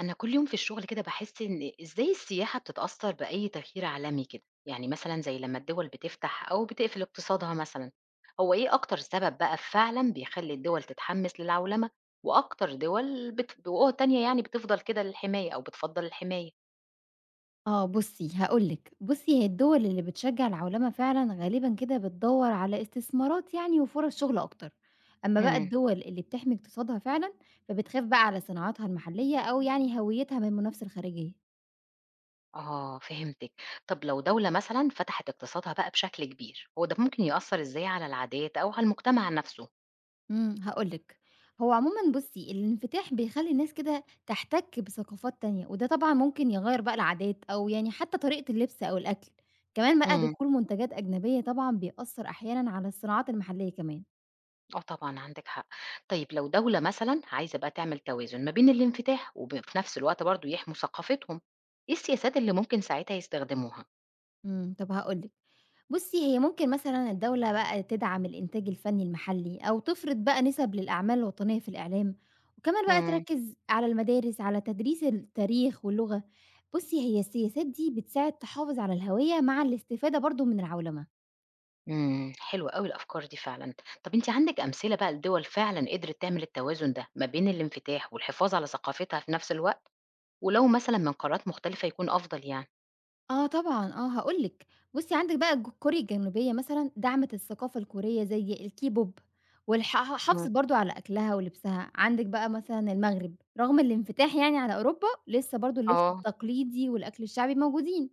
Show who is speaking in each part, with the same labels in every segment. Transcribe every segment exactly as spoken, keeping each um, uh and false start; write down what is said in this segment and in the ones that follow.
Speaker 1: أنا كل يوم في الشغل كده بحس إن إزاي السياحة بتتأثر بأي تغيير عالمي كده يعني مثلا زي لما الدول بتفتح أو بتقفل اقتصادها مثلا. هو إيه أكتر سبب بقى فعلا بيخلي الدول تتحمس للعولمة؟ وأكتر دول بت... بقوة تانية يعني بتفضل كده للحماية أو بتفضل الحماية.
Speaker 2: آه بُصّي، هاقول لِك، بُصّي هي الدول اللي بتشجّع العُلما فعلًا غالبًا كده بتدوّر على استثمارات يعني وفُرَص شُغل أكتر، أمّا بقى
Speaker 1: امم
Speaker 2: الدول اللي بتحمي اقتصادها فعلًا، فبتخاف بقى على صناعاتها المحلية أو يعني هويتها من المنافسة الخارجية.
Speaker 1: آه، فهمتك. طب لو دولة مثلا فتحت اقتصادها بقى بشكل كبير، هو ده ممكن يأثر إزاي على العادات أو على المجتمع نفسه؟
Speaker 2: إمم، هاقول لِك، هو عمومًا بُصّي الانفتاح بيخلّي الناس كده تحتَك بثقافات تانية، وده طبعًا ممكن يغيّر بقى العادات أو يعني حتى طريقة اللبس أو الأكل، كمان بقى دخول منتجات أجنبية طبعًا بيأثّر أحيانًا على الصناعات المحلية كمان.
Speaker 1: آه طبعًا عندِك حق. طيب لو دولة مثلًا عايزة بقى تعمل توازن ما بين الانفتاح وب في نفس الوقت برضه يحموا ثقافتهم، إيه السياسات اللي ممكن ساعتها يستخدموها؟
Speaker 2: إمم، طب هاقول لِك، بُصّي هي ممكن مثلًا الدولة بقى تدعم الإنتاج الفني المحلي، أو تفرض بقى نِسَب للأعمال الوطنية في الإعلام، وكمان بقى
Speaker 1: إمم،
Speaker 2: تركّز على المدارس على تدريس التاريخ واللغة، بُصّي هي السياسات دي بتساعد تحافظ على الهوية مع الاستفادة برضه من العولمة.
Speaker 1: إمم، حلوة أوي الأفكار دي فعلًا. طب أنتِ عندِك أمثلة بقى لدول فعلًا قدرت تعمل التوازن ده ما بين الانفتاح والحفاظ على ثقافتها في نفس الوقت؟ ولو مثلًا من قارات مختلفة يكون أفضل يعني.
Speaker 2: آه طبعًا، آه هاقول لِك، بُصّي عندِك بقى ج كوريا الجنوبية مثلًا دعمت الثقافة الكورية زي الكيبوب والح ح حافظت
Speaker 1: إمم،
Speaker 2: برضه على أكلها ولبسها، عندِك بقى مثلًا المغرب رغم الانفتاح يعني على أوروبا لسه برضه اللبس
Speaker 1: آه،
Speaker 2: التقليدي والأكل الشعبي موجودين،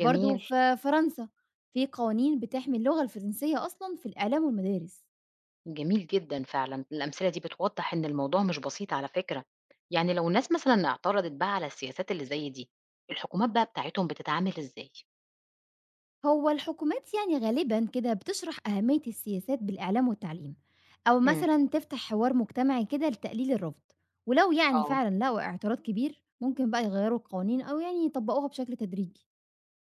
Speaker 2: برضه في فرنسا في قوانين بتحمي اللغة الفرنسية أصلًا في الإعلام والمدارس.
Speaker 1: جميل جدًا فعلًا، الأمثلة دي بتوضّح إن الموضوع مش بسيط على فكرة، يعني لو الناس مثلًا اعترضت بقى على السياسات اللي زي دي، الحكومات بقى بتاعتهم بتتعامل إزاي؟
Speaker 2: هو الحكومات يعني غالبا كده بتشرح أهمية السياسات بالإعلام والتعليم أو
Speaker 1: إمم.
Speaker 2: مثلا تفتح حوار مجتمعي كده لتقليل الرفض، ولو يعني
Speaker 1: آه،
Speaker 2: فعلا لقوا اعتراض كبير ممكن بقى يغيروا القوانين أو يعني يطبقوها بشكل تدريجي.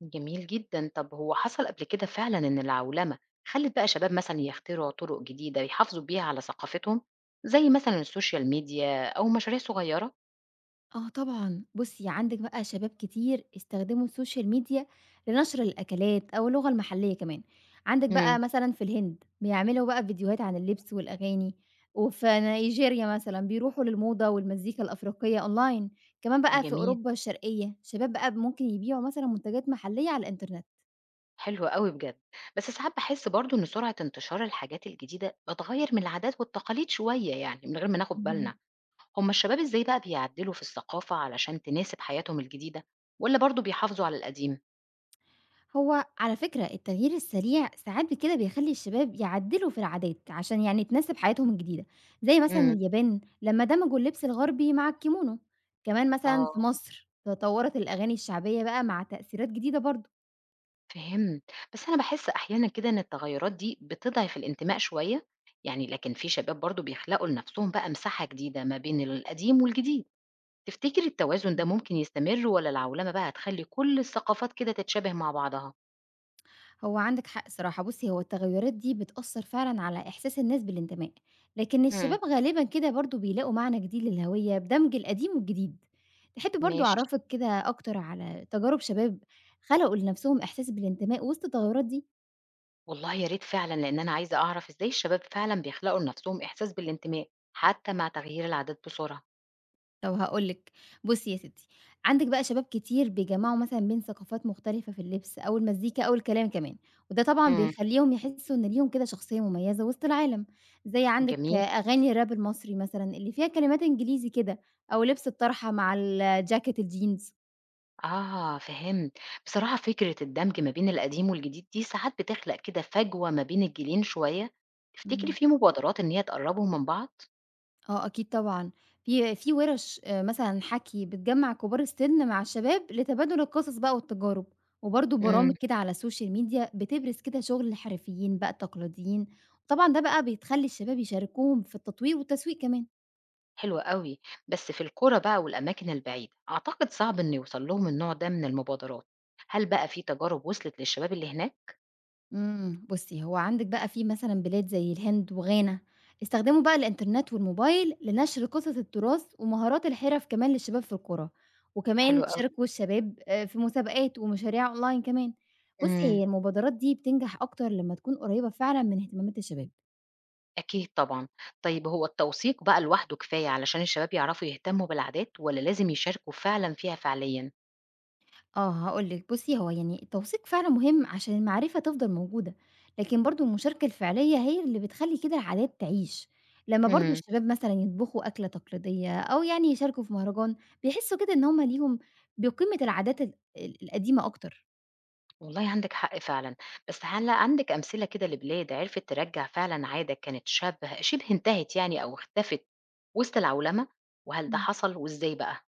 Speaker 1: جميل جدًا، طب هو حصل قبل كده فعلًا إن العولمة خلّت بقى شباب مثلًا يخترعوا طرق جديدة يحافظوا بيها على ثقافتهم، زي مثلًا السوشيال ميديا أو مشاريع صغيرة؟
Speaker 2: آه طبعًا، بُصّي عندِك بقى شباب كتير استخدموا السوشيال ميديا لنشر الأكلات أو اللغة المحلية كمان، عندِك
Speaker 1: إمم.
Speaker 2: بقى مثلًا في الهند بيعملوا بقى فيديوهات عن اللبس والأغاني، وفي نيجيريا مثلًا بيروحوا للموضة والمزيكا الأفريقية أونلاين، كمان بقى في
Speaker 1: جميل،
Speaker 2: أوروبا الشرقية شباب بقى ممكن يبيعوا مثلًا منتجات محلية على الإنترنت.
Speaker 1: حلو أوي بجد، بس ساعات باحس برضه إن سرعة انتشار الحاجات الجديدة بتغيّر من العادات والتقاليد شوية يعني من غير ما ناخد
Speaker 2: اهم.
Speaker 1: بالنا. هما الشباب إزاي بقى بيعدّلوا في الثقافة علشان تناسب حياتهم الجديدة والّا برضه بيحافظوا على القديم؟
Speaker 2: هو على فكرة التغيير السريع ساعات ب كده بيخلّي الشباب يعدّلوا في العادات، عشان يعني تناسب حياتهم الجديدة، زي مثلًا
Speaker 1: إمم.
Speaker 2: اليابان لمّا دمجوا اللبس الغربي مع الكيمونو، كمان مثلًا
Speaker 1: آه،
Speaker 2: في مصر تطوّرت الأغاني الشعبية بقى مع تأثيرات جديدة برضه.
Speaker 1: فهمت. بس أنا باحس أحيانًا كده إن التغيّرات دي بتضعف الانتماء شوية، يعني لكن في شباب برضه بيخلقوا لنفسهم بقى مساحة جديدة ما بين القديم والجديد. تفتكري التوازن ده ممكن يستمر والّا العولمة بقى هتخلّي كل الثقافات كده تتشابه مع بعضها؟
Speaker 2: هو عندِك حق صراحة، بُصّي هو التغيُّرات دي بتأثّر فعلًا على إحساس الناس بالانتماء، لكن
Speaker 1: إمم،
Speaker 2: الشباب غالبًا كده برضه بيلاقوا معنى جديد للهوية بدمج القديم والجديد. تحبّي برضه
Speaker 1: ماشي.
Speaker 2: أعرفِك كده أكتر على تجارب شباب خلقوا لنَفْسهم إحساس بالانتماء وسط التغيُّرات دي؟
Speaker 1: والله يا ريت فعلًا، لإن أنا عايزة أعرف إزاي الشباب فعلًا بيخلقوا لنفسهم إحساس بالانتماء حتى مع تغيير العادات بسرعة.
Speaker 2: طب هاقول لِك، بُصّي يا ستّي، عندِك بقى شباب كتير بيجمّعوا مثلًا بين ثقافات مختلفة في اللبس أو المزيكا أو الكلام كمان، وده طبعًا
Speaker 1: إمم.
Speaker 2: بيخلّيهم يحسّوا إن ليهم كده شخصية مميزة وسط العالم، زي عندِك
Speaker 1: جميل.
Speaker 2: أغاني الراب المصري مثلًا اللي فيها كلمات إنجليزي كده أو لبس الطرحة مع ال جاكيت الجينز.
Speaker 1: آه، فهمت. بصراحة فكرة الدمج ما بين القديم والجديد دي ساعات بتخلق كده فجوة ما بين الجيلين شوية، تفتكري
Speaker 2: اهم.
Speaker 1: في مبادرات إن هي تقرّبهم من بعض؟
Speaker 2: آه أكيد طبعًا، في في وِرَش آآ مثلًا حَكي بتجمّع كبار السِن مع الشباب لتبادل القصص بقى والتجارب، وبرضه برامج
Speaker 1: إمم،
Speaker 2: كده على السوشيال ميديا بتبرز كده شغل الحرفيين بقى التقليديين، طبعًا ده بقى بيتخلّي الشباب يشاركوهم في التطوير والتسويق كمان.
Speaker 1: حلو أوي. بس في القرى بقى والأماكن البعيدة، أعتقد صعب إنه يوصل لهم النوع ده من المبادرات. هل بقى في تجارب وصلت للشباب اللي هناك؟
Speaker 2: إمم، بُصّي، هو عندِك بقى في مثلًا بلاد زي الهند وغانا، استخدموا بقى الإنترنت والموبايل لنشر قصص التراث ومهارات الحِرَف كمان للشباب في القرى،
Speaker 1: حلو
Speaker 2: وكمان
Speaker 1: أوي.
Speaker 2: شاركوا الشباب آآ في مسابقات ومشاريع أونلاين كمان. بُصّي،
Speaker 1: إمم،
Speaker 2: هي المبادرات دي بتنجح أكتر لمّا تكون قريّبة فعلًا من اهتمامات الشباب.
Speaker 1: أكيد طبعًا. طيب هو التوثيق بقى لوحده كفاية علشان الشباب يعرفوا يهتموا بالعادات والّا لازم يشاركوا فعلًا فيها فعليًا؟
Speaker 2: آه، هاقول لِك بُصّي، هو يعني التوثيق فعلًا مهم عشان المعرفة تفضل موجودة، لكن برضه المشاركة الفعلية هي اللي بتخلّي كده العادات تعيش، لمّا برضه
Speaker 1: إمم.
Speaker 2: الشباب مثلًا يطبخوا أكلة تقليدية أو يعني يشاركوا في مهرجان، بيحسّوا كده إن هم ليهم بقيمة العادات ال ال القديمة أكتر.
Speaker 1: والله عندِك حق فعلًا، بس هل عندِك أمثلة كده لبلاد عرفت ترجّع فعلًا عادة كانت شبه شِبه انتهت يعني أو اختفت وسط العولمة، وهل ده
Speaker 2: إمم.
Speaker 1: حصل وإزاي بقى؟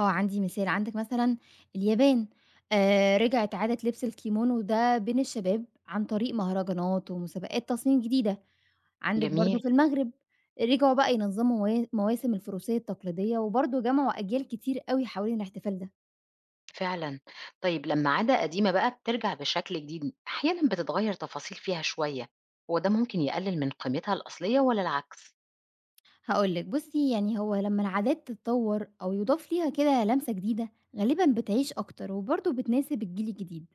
Speaker 2: آه، عندي مثال، عندِك مثلًا اليابان، آآ رِجعت عادة لبس الكيمونو ده بين الشباب عن طريق مهرجانات ومسابقات تصميم جديدة. عندِك برضه
Speaker 1: جميل،
Speaker 2: في المغرب، رجعوا بقى ينظّموا موا مواسم الفروسية التقليدية، وبرضه جمعوا أجيال كتير أوي حوالين الاحتفال ده.
Speaker 1: فعلًا. طيب لمّا عادة قديمة بقى بترجع بشكل جديد، أحيانًا بتتغيّر تفاصيل فيها شوية، هو ده ممكن يقلل من قيمتها الأصلية والّا العكس؟
Speaker 2: هاقول لِك بُصّي، يعني هو لمّا العادات تتطوّر أو يُضاف ليها كده لمسة جديدة، غالبًا بتعيش أكتر وبرضه بتناسب الجيل الجديد.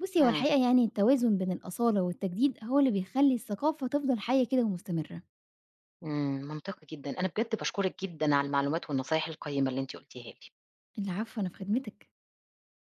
Speaker 2: بُصّي، هو
Speaker 1: إمم،
Speaker 2: الحقيقة يعني التوازن بين الأصالة والتجديد هو اللي بيخلّي الثقافة تفضل حيّة كده ومستمرة.
Speaker 1: إمم، منطقي جدًا. أنا بجد باشكرِك جدًا على المعلومات والنصايح القيّمة اللي أنتِ قُلتيها لي.
Speaker 2: العفو، أنا في خدمتِك.